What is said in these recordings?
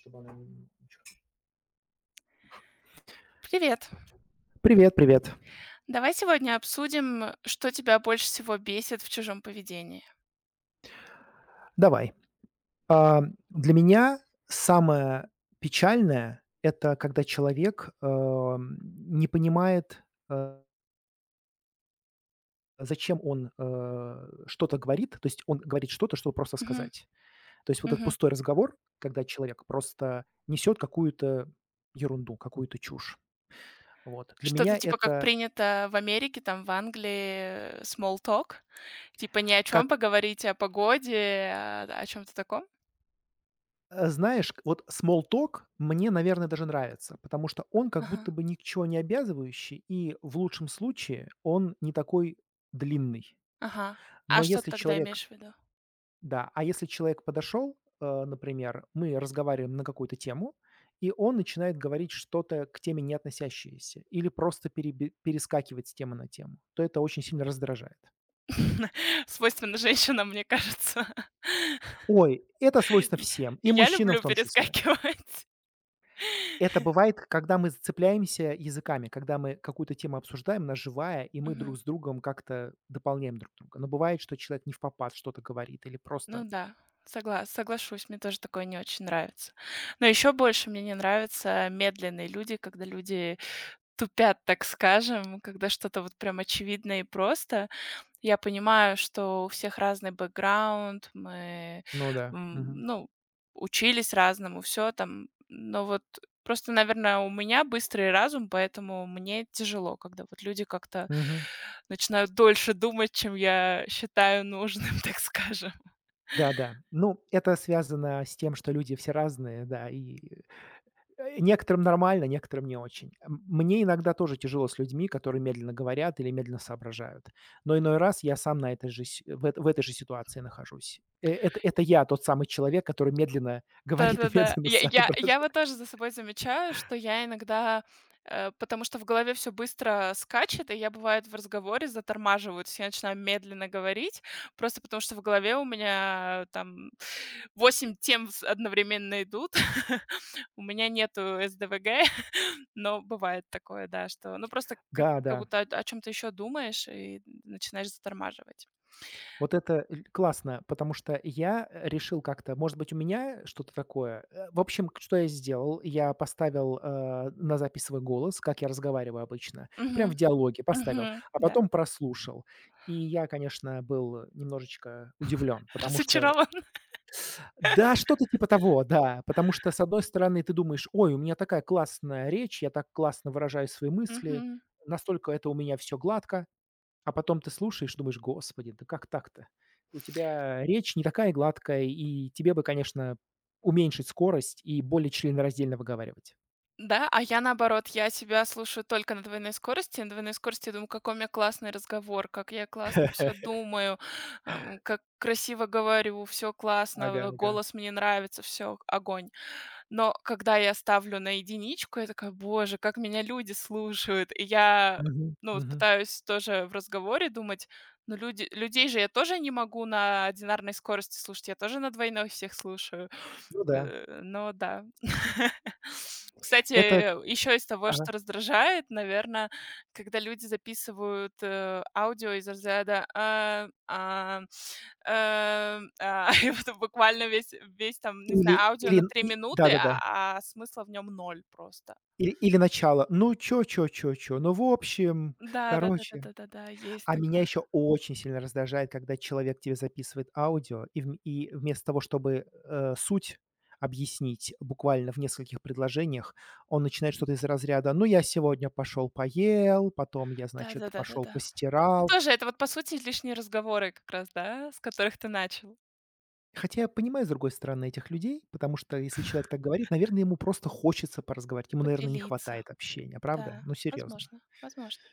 Чтобы она. Привет! Привет, привет. Давай сегодня обсудим, что тебя больше всего бесит в чужом поведении. Давай. А, Для меня самое печальное, это когда человек не понимает, э, зачем он что-то говорит, то есть он говорит что-то, чтобы просто Мгм, сказать. То есть вот этот мгм. пустой разговор, когда человек просто несет какую-то ерунду, какую-то чушь. Вот. Для Что-то меня типа как это принято в Америке, там в Англии, small talk, типа ни о чем как. поговорить, а о погоде, о чем-то таком? Знаешь, к вот small talk мне, наверное, даже нравится, потому что он как Ага, будто бы ни к чему не обязывающий, и в лучшем случае он не такой длинный. ага. Но А что ты если тогда человек имеешь в виду? да, а если человек подошел, например, мы разговариваем на какую-то тему, и он начинает говорить что-то к теме не относящееся или просто перебе перескакивать с темы на тему, то это очень сильно раздражает. Свойственно женщинам, мне кажется. Ой, это свойственно И всем, и и я мужчинам в люблю том числе. перескакивать. Это бывает, когда мы зацепляемся языками, когда мы какую-то тему обсуждаем, она живая, и мы друг Мгм. с другом как-то дополняем друг друга. Но бывает, что человек не в попад, что-то говорит или просто. Ну да, соглашусь, мне тоже такое не очень нравится. Но еще больше мне не нравятся медленные люди, когда люди тупят, так скажем, когда что-то вот прям очевидно и просто. Я понимаю, что у всех разный бэкграунд, мы, Ну да. Мгм. ну, учились разному, все там. Но вот просто, наверное, у меня быстрый разум, поэтому мне тяжело, когда вот люди как-то Мгм. начинают дольше думать, чем я считаю нужным, так скажем. Да-да. Ну, это связано с тем, что люди все разные, да, и некоторым нормально, некоторым не очень. Мне иногда тоже тяжело с людьми, которые медленно говорят или медленно соображают. Но иной раз я сам на этой же си в этой же ситуации нахожусь. Это я тот самый человек, который медленно говорит и Да-да-да. медленно Я я соображает. я вот тоже за собой замечаю, что я иногда, потому что в голове все быстро скачет, и я, бывает, в разговоре затормаживаю. То есть я начинаю медленно говорить, просто потому что в голове у меня там 8 тем с одновременно идут. У меня нету СДВГ, но бывает такое, да, что, ну, просто как Да, как да. будто о чём-то еще думаешь и начинаешь затормаживать. Вот это ль классно, потому что я, решил как-то, может быть, у меня что-то такое. В общем, к что я сделал? Я поставил, на запись свой голос, как я разговариваю обычно. Прям в Мгм, диалоге поставил, мгм, а да, потом прослушал. И я, конечно, был немножечко удивлен, потому что. разочарован. Да, что-то типа того, да. Потому что, с одной стороны, ты думаешь: "Ой, у меня такая классная речь, я так классно выражаю свои мысли, Мгм. настолько это у меня все гладко". А потом ты слушаешь, думаешь: "Господи, да как так-то?" У тебя речь не такая гладкая, и тебе бы, конечно, уменьшить скорость и более членораздельно выговаривать. Да, а я наоборот, я себя слушаю только на двойной скорости. На двойной скорости я думаю, какой у меня классный разговор, как я классно все думаю, как красиво говорю, все Ага, классно, ага. голос мне нравится, все огонь. Но когда я ставлю на единичку, я такая, боже, как меня люди слушают. И я, Мгм, ну, вот мгм. пытаюсь тоже в разговоре думать, ну, люди, людей же я тоже не могу на одинарной скорости слушать, я тоже на двойной всех слушаю. Ну да. Но да. Кстати, Это. Еще из того, Ага. что раздражает, наверное, когда люди записывают, аудио из разряда, и вот буквально весь там, не Или знаю, аудио или на 3 и минуты, да-да-да. а смысла в нем ноль просто. Или начало: "Ну чё чё чё чё, ну, в общем, Да, короче". да-да-да-да-да-да, есть А меня такое. еще очень сильно раздражает, когда человек тебе записывает аудио, и вм и вместо того, чтобы, суть объяснить буквально в нескольких предложениях, он начинает что-то из разряда: "Ну, я сегодня пошел поел, потом я, значит, пошел Да-да-да-да-да. И постирал". тоже это вот, по сути, лишние разговоры как раз, да, с которых ты начал. Хотя я понимаю, с другой стороны, этих людей, потому что если человек так говорит, наверное, ему просто хочется поразговаривать. Ему, наверное, не Поделиться. хватает общения, правда? Да, Ну, серьезно. возможно, возможно.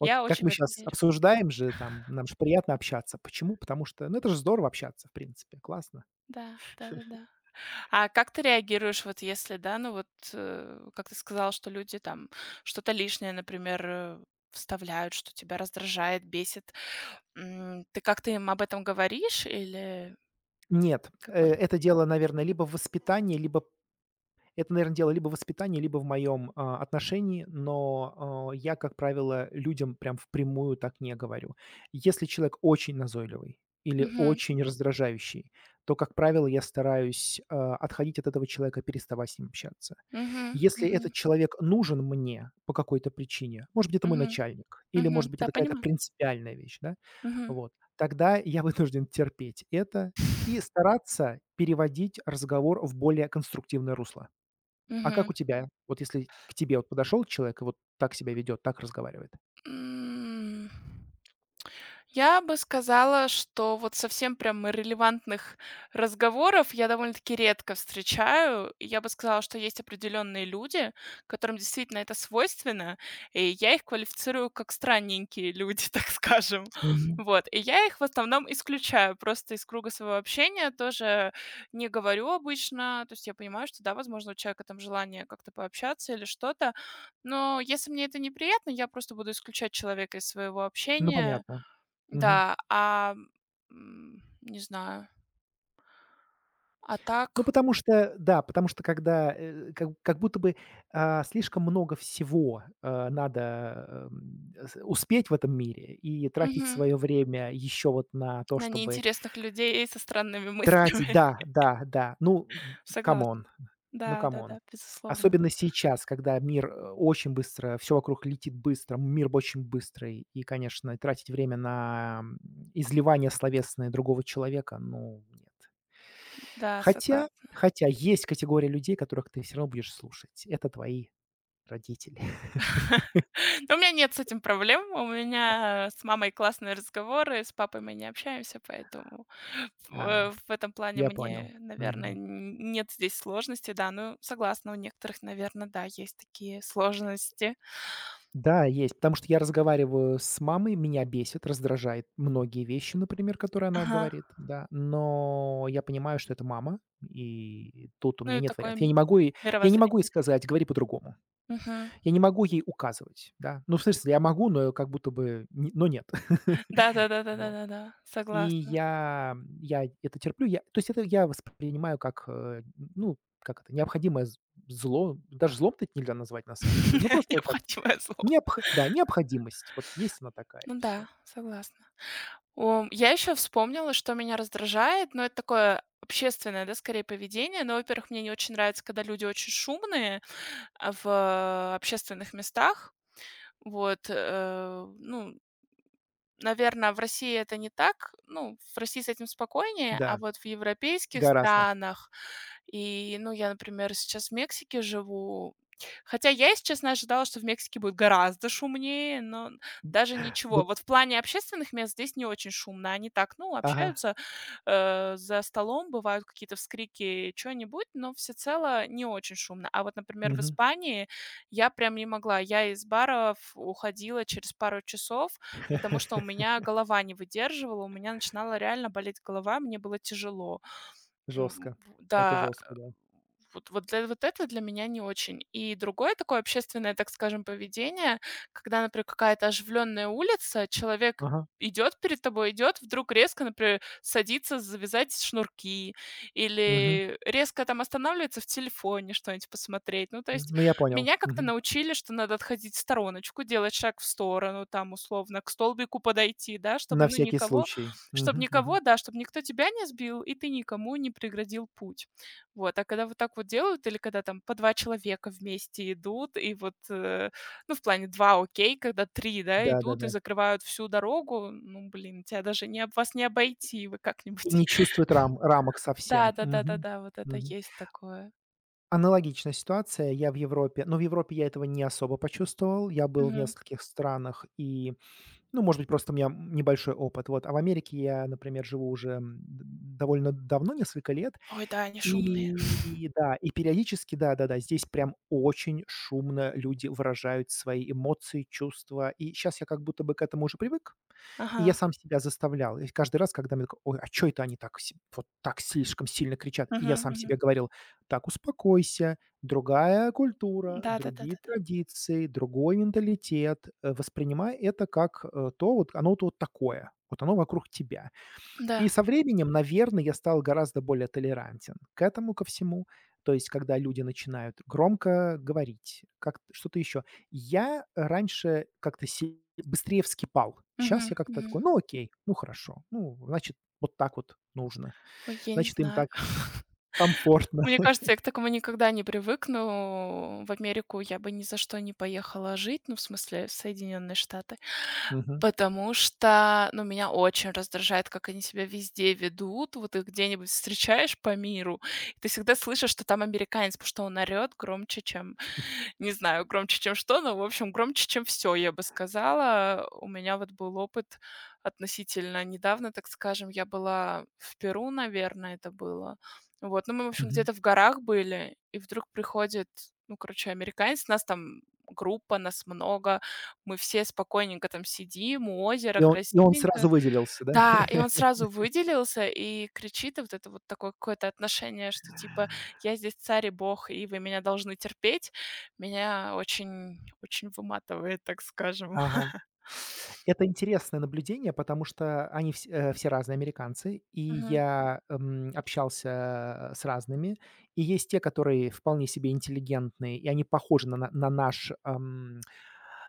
Вот как очень в мы это сейчас верю. обсуждаем же, там, нам же приятно общаться. Почему? Потому что, ну, это же здорово общаться, в принципе, классно. Да, да-да-да. А как ты реагируешь, вот если, да, ну вот, как ты сказал, что люди там что-то лишнее, например, вставляют, что тебя раздражает, бесит. Ты как-то им об этом говоришь или Нет, какой? это дело, наверное, либо в воспитании, либо это, наверное, дело либо в воспитании, либо в моем, отношении, но, я, как правило, людям прям впрямую так не говорю. Если человек очень назойливый или Мгм. очень раздражающий, то, как правило, я стараюсь, отходить от этого человека, переставать с ним общаться. Мгм. Если Мгм. этот человек нужен мне по какой-то причине, может быть, это мой Мгм. начальник, или, может Мгм. быть, Да, это какая-то понимаю. принципиальная вещь, да, Мгм. вот, тогда я вынужден терпеть это и стараться переводить разговор в более конструктивное русло. А как Мгм. у тебя? Вот если к тебе вот подошел человек и вот так себя ведет, так разговаривает? М. Я бы сказала, что вот совсем прям релевантных разговоров я довольно-таки редко встречаю. И я бы сказала, что есть определенные люди, которым действительно это свойственно, и я их квалифицирую как странненькие люди, так скажем. Мгм. Вот. И я их в основном исключаю просто из круга своего общения, тоже не говорю обычно. То есть я понимаю, что да, возможно, у человека там желание как-то пообщаться или что-то, но если мне это неприятно, я просто буду исключать человека из своего Ну, общения. понятно. Мгм. Да, не знаю. А Ну, так, потому что, да, потому что когда, как будто бы, слишком много всего, надо, с успеть в этом мире и тратить мгм, свое время еще вот на то, на чтобы неинтересных людей со странными тратить. мыслями. Да, да, да. Ну, Согласна. камон, ну, Да, камон. да-да, безусловно. Особенно сейчас, когда мир, очень быстро, все вокруг летит быстро, мир очень быстрый, и, конечно, тратить время на, изливание словесное другого человека, ну, нет. Да, согласна. Хотя есть категория людей, которых ты все равно будешь слушать. Это твои родители. Но у меня нет с этим проблем. У меня с мамой классные разговоры, с папой мы не общаемся, поэтому в э, А, в этом плане я понял. мне, наверное, Мгм. н нет здесь сложностей. Да, ну, согласна, у некоторых, наверное, да, есть такие сложности. Да, есть, потому что я разговариваю с мамой, меня бесит, раздражает многие вещи, например, которые она Ага. говорит, да, но я понимаю, что это мама, и тут у меня Ну и нет такое варианта. Я не могу ей я не могу ей мировоззрение. сказать: "Говори по-другому". Мгм. Я не могу ей указывать, да. Ну, в смысле, я могу, но как будто бы не но нет. Вот. Да-да-да-да-да-да-да. И Согласна. я, я это терплю. Я То есть, это я воспринимаю как, ну, как это, необходимое з зло. Даже злом-то это нельзя назвать на самом деле. Ну, просто как Необходимое слово. необх да, необходимость. Вот есть она такая, Ну и все. да, согласна. Я еще вспомнила, что меня раздражает, но это такое общественное, да, скорее поведение. Но, во-первых, мне не очень нравится, когда люди очень шумные, в общественных местах. Вот, ну, наверное, в России это не так. Ну, в России с этим спокойнее, Да, а вот в европейских гораздо. странах и, ну, я, например, сейчас в Мексике живу. Хотя я, если честно, ожидала, что в Мексике будет гораздо шумнее, но даже ничего. Дуб Вот в плане общественных мест здесь не очень шумно. Они так, ну, ага, общаются, за столом бывают какие-то вскрики, чё-нибудь, но всецело не очень шумно. А вот, например, в мгм. Испании я прям не могла. Я из баров уходила через пару часов, потому что у меня голова не выдерживала, у меня начинала реально болеть голова, мне было тяжело. М, Жёстко. в Это да, жестко, э, да. вот вот для вот это для меня не очень. И другое такое общественное, так скажем, поведение, когда, например, какая-то оживленная улица, человек Ага, идет перед тобой, идет, вдруг резко, например, садится завязать шнурки мгм, или резко там останавливается в телефоне что-нибудь посмотреть. Ну, то м. есть Ну, я понял. меня как-то Мгм. научили, что надо отходить в стороночку, делать шаг в сторону, там, условно, к столбику подойти, да, На чтобы, ну, всякий никого случай. чтобы Мгм, мгм. никого, да, чтобы никто тебя не сбил, и ты никому не преградил путь. Вот, а когда вот так вот делают или когда там по 2 человека вместе идут, и вот, ну, в плане 2, окей, когда 3, да, идут и Да-да-да. закрывают всю дорогу, ну, блин, тебя даже не об вас не обойти, вы И как-нибудь. не чувствует рамок Да совсем. да да да Мгм, да, вот это мгм. есть такое. Аналогичная ситуация. Я в Европе, но в Европе я этого не особо почувствовал. Я был в Мгм. нескольких странах и, ну, может быть, просто у меня небольшой опыт, вот. А в Америке я, например, живу уже, д довольно давно, несколько лет. Ой, да, они шумные. И да, и периодически, да-да-да, здесь прям очень шумно люди выражают свои эмоции, чувства. И сейчас я как будто бы к этому уже привык, и я Ага. сам себя заставлял. И каждый раз, когда мне такой: "Ой, а чё это они так си вот так слишком сильно кричат?" И я Мгм, сам мгм. себе говорил: "Так, успокойся, другая культура, Да да да другие да да. традиции, другой менталитет. Воспринимай это как, то вот оно вот такое, вот оно вокруг тебя". И Да. со временем, наверное, я стал гораздо более толерантен к этому ко всему. То есть, когда люди начинают громко говорить, как что-то еще. Я раньше как-то се быстрее вскипал. Мгм, Сейчас я как-то мгм. такой: "Ну, окей, ну, хорошо, ну, значит, вот так вот нужно, Ой, я не значит, им знаю. так комфортно". Мне кажется, я к такому никогда не привыкну. В Америку я бы ни за что не поехала жить, ну, в смысле, в Соединенные Штаты, Мгм, потому что, ну, меня очень раздражает, как они себя везде ведут. Вот их где-нибудь встречаешь по миру, и ты всегда слышишь, что там американец, потому что он орет громче, чем, не знаю, громче, чем что, но, в общем, громче, чем все, я бы сказала. У меня вот был опыт относительно недавно, так скажем. Я была в Перу, наверное, это было. Вот, ну, мы, в общем, мгм. где-то в горах были, и вдруг приходит, ну, короче, американец, нас там группа, нас много, мы все спокойненько там сидим, у И озера он и он сразу красивенько. выделился, да? Да, и он сразу выделился и кричит, и вот это вот такое какое-то отношение, что типа я здесь царь и бог, и вы меня должны терпеть, меня очень, очень выматывает, так скажем. Ага. Это интересное наблюдение, потому что они все разные американцы, и Мгм. я, общался, с разными. И есть те, которые вполне себе интеллигентные, и они похожи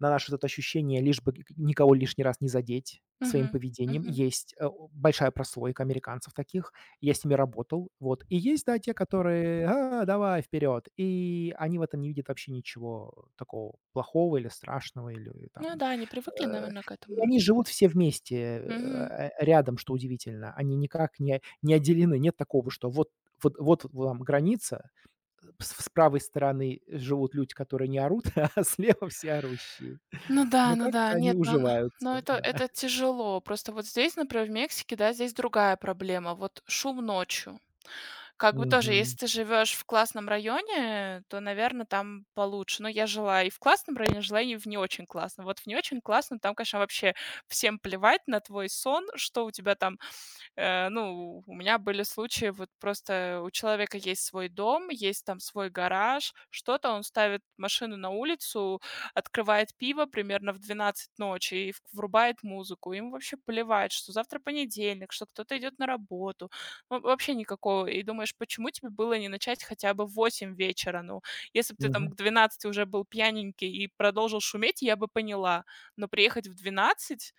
на наше вот это ощущение, лишь бы к никого лишний раз не задеть своим Мгм. поведением. Мгм. Есть, э, о большая прослойка американцев таких. Я с ними работал, вот. И есть, да, те, которые: "А, давай вперед!" И они в этом не видят вообще ничего такого плохого или страшного, или там, Ну да, они привыкли, э наверное, к и этому, они может живут быть. все вместе, Мгм. Рядом, что удивительно. Они никак не отделены. Нет такого, что вот вам граница. С правой стороны живут люди, которые не орут, а слева все орущие. Ну да, Но ну да, как-то они нет, но уживаются, это да. это тяжело. Просто вот здесь, например, в Мексике, да, здесь другая проблема. Вот шум ночью. Как бы тоже, Мгм, если ты живешь в классном районе, то, наверное там получше. Но я жила и в классном районе, жила и в не очень классном. Вот в не очень классном там, конечно, вообще всем плевать на твой сон, что у тебя ну, у меня были случаи, вот просто у человека есть свой дом, есть там свой гараж, что-то, он ставит машину на улицу, открывает пиво примерно в 12 ночи и вк врубает музыку. Ему вообще плевать, что завтра понедельник, что кто-то идет на работу. Ну, вообще никакого. И думаешь, почему тебе было не начать хотя бы в 8 вечера? Ну, если бы ты там мгм. к 12 уже был пьяненький и продолжил шуметь, я бы поняла. Но приехать в двенадцать.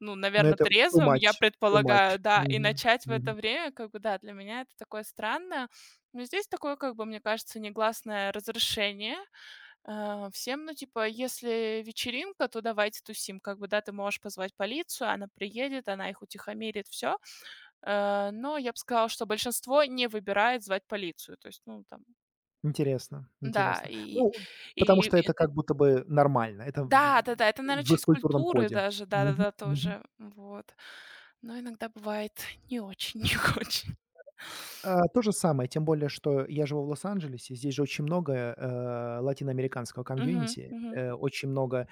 Ну, Но наверное, это too трезвым, я much, too much. предполагаю, да, и Мгм, начать в это мгм. время, как бы, да, для меня это такое странное. Но здесь такое, как бы, мне кажется, негласное разрешение, всем. Ну, типа, если вечеринка, то давайте тусим. Как бы, да, ты можешь позвать полицию, она приедет, она их утихомирит, все. Но я бы сказала, что большинство не выбирает звать полицию. То есть, ну, там, Интересно, да, интересно. и Ну, потому и что это и как будто бы нормально. Это в да-да-да, это, наверное, в их часть культурном культуры коде. даже, Мгм, да-да-да, мгм. тоже, вот. Но иногда бывает не очень, не очень. А, то же самое, тем более, что я живу в Лос-Анджелесе. Здесь же очень много, латиноамериканского Мгм, комьюнити, мгм, очень много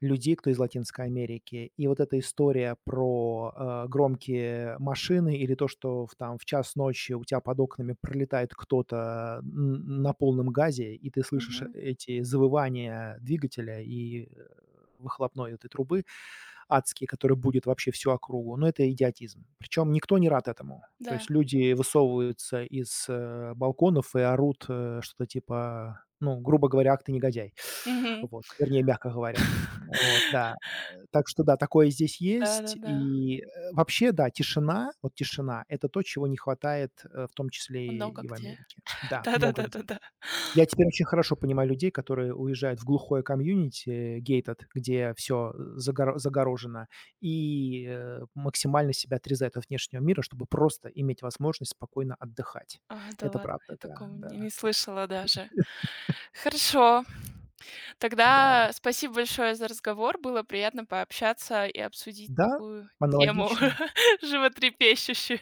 людей, кто из Латинской Америки. И вот эта история про, громкие машины или то, что в там в час ночи у тебя под окнами пролетает кто-то н на полном газе, и ты слышишь мгм, эти завывания двигателя и, выхлопной этой трубы адские, которые будет вообще всю округу. Но это идиотизм. Причем никто не рад этому. То есть да, люди высовываются из, балконов и орут, что-то типа, ну, грубо говоря: "Ах ты негодяй". мгм. Вот. Вернее, мягко говоря. Вот, да. Так что да, такое здесь есть. Да-да-да, И, вообще, да, тишина, вот тишина — это то, чего не хватает, в том числе много и в где. Америке. Да, много где. Да-да-да-да-да. Я теперь очень хорошо понимаю людей, которые уезжают в глухое комьюнити гейтед, где все загорожено, и, максимально себя отрезают от внешнего мира, чтобы просто иметь возможность спокойно отдыхать. А, да Это ладно, я правда, да, такого не да, не слышала даже. Хорошо. да. Тогда спасибо большое за разговор. Было приятно пообщаться и обсудить Да, такую тему аналогично. животрепещущую.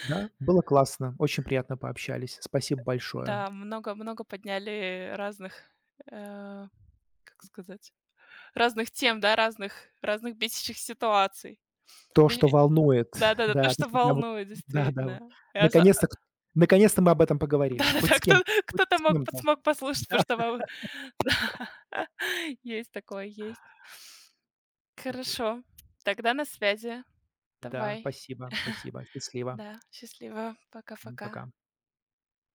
Да, было классно, очень приятно пообщались. Спасибо большое. Да, много много подняли разных, э, как сказать, разных тем, да, разных бесящих ситуаций. То, И что и волнует, да-да-да, то, да, то, что что прям вот волнует, да-да, вот. действительно. Я за Наконец-то к Наконец-то мы об этом поговорили. Хоть да-да-да, с кем-то, хоть кто-то с мог под кем-то. смог послушать, потому Да. что вам да, есть такое, есть. Окей. Хорошо, тогда на связи. Да, Давай, спасибо, спасибо. Счастливо. да, счастливо, пока-пока. Пока.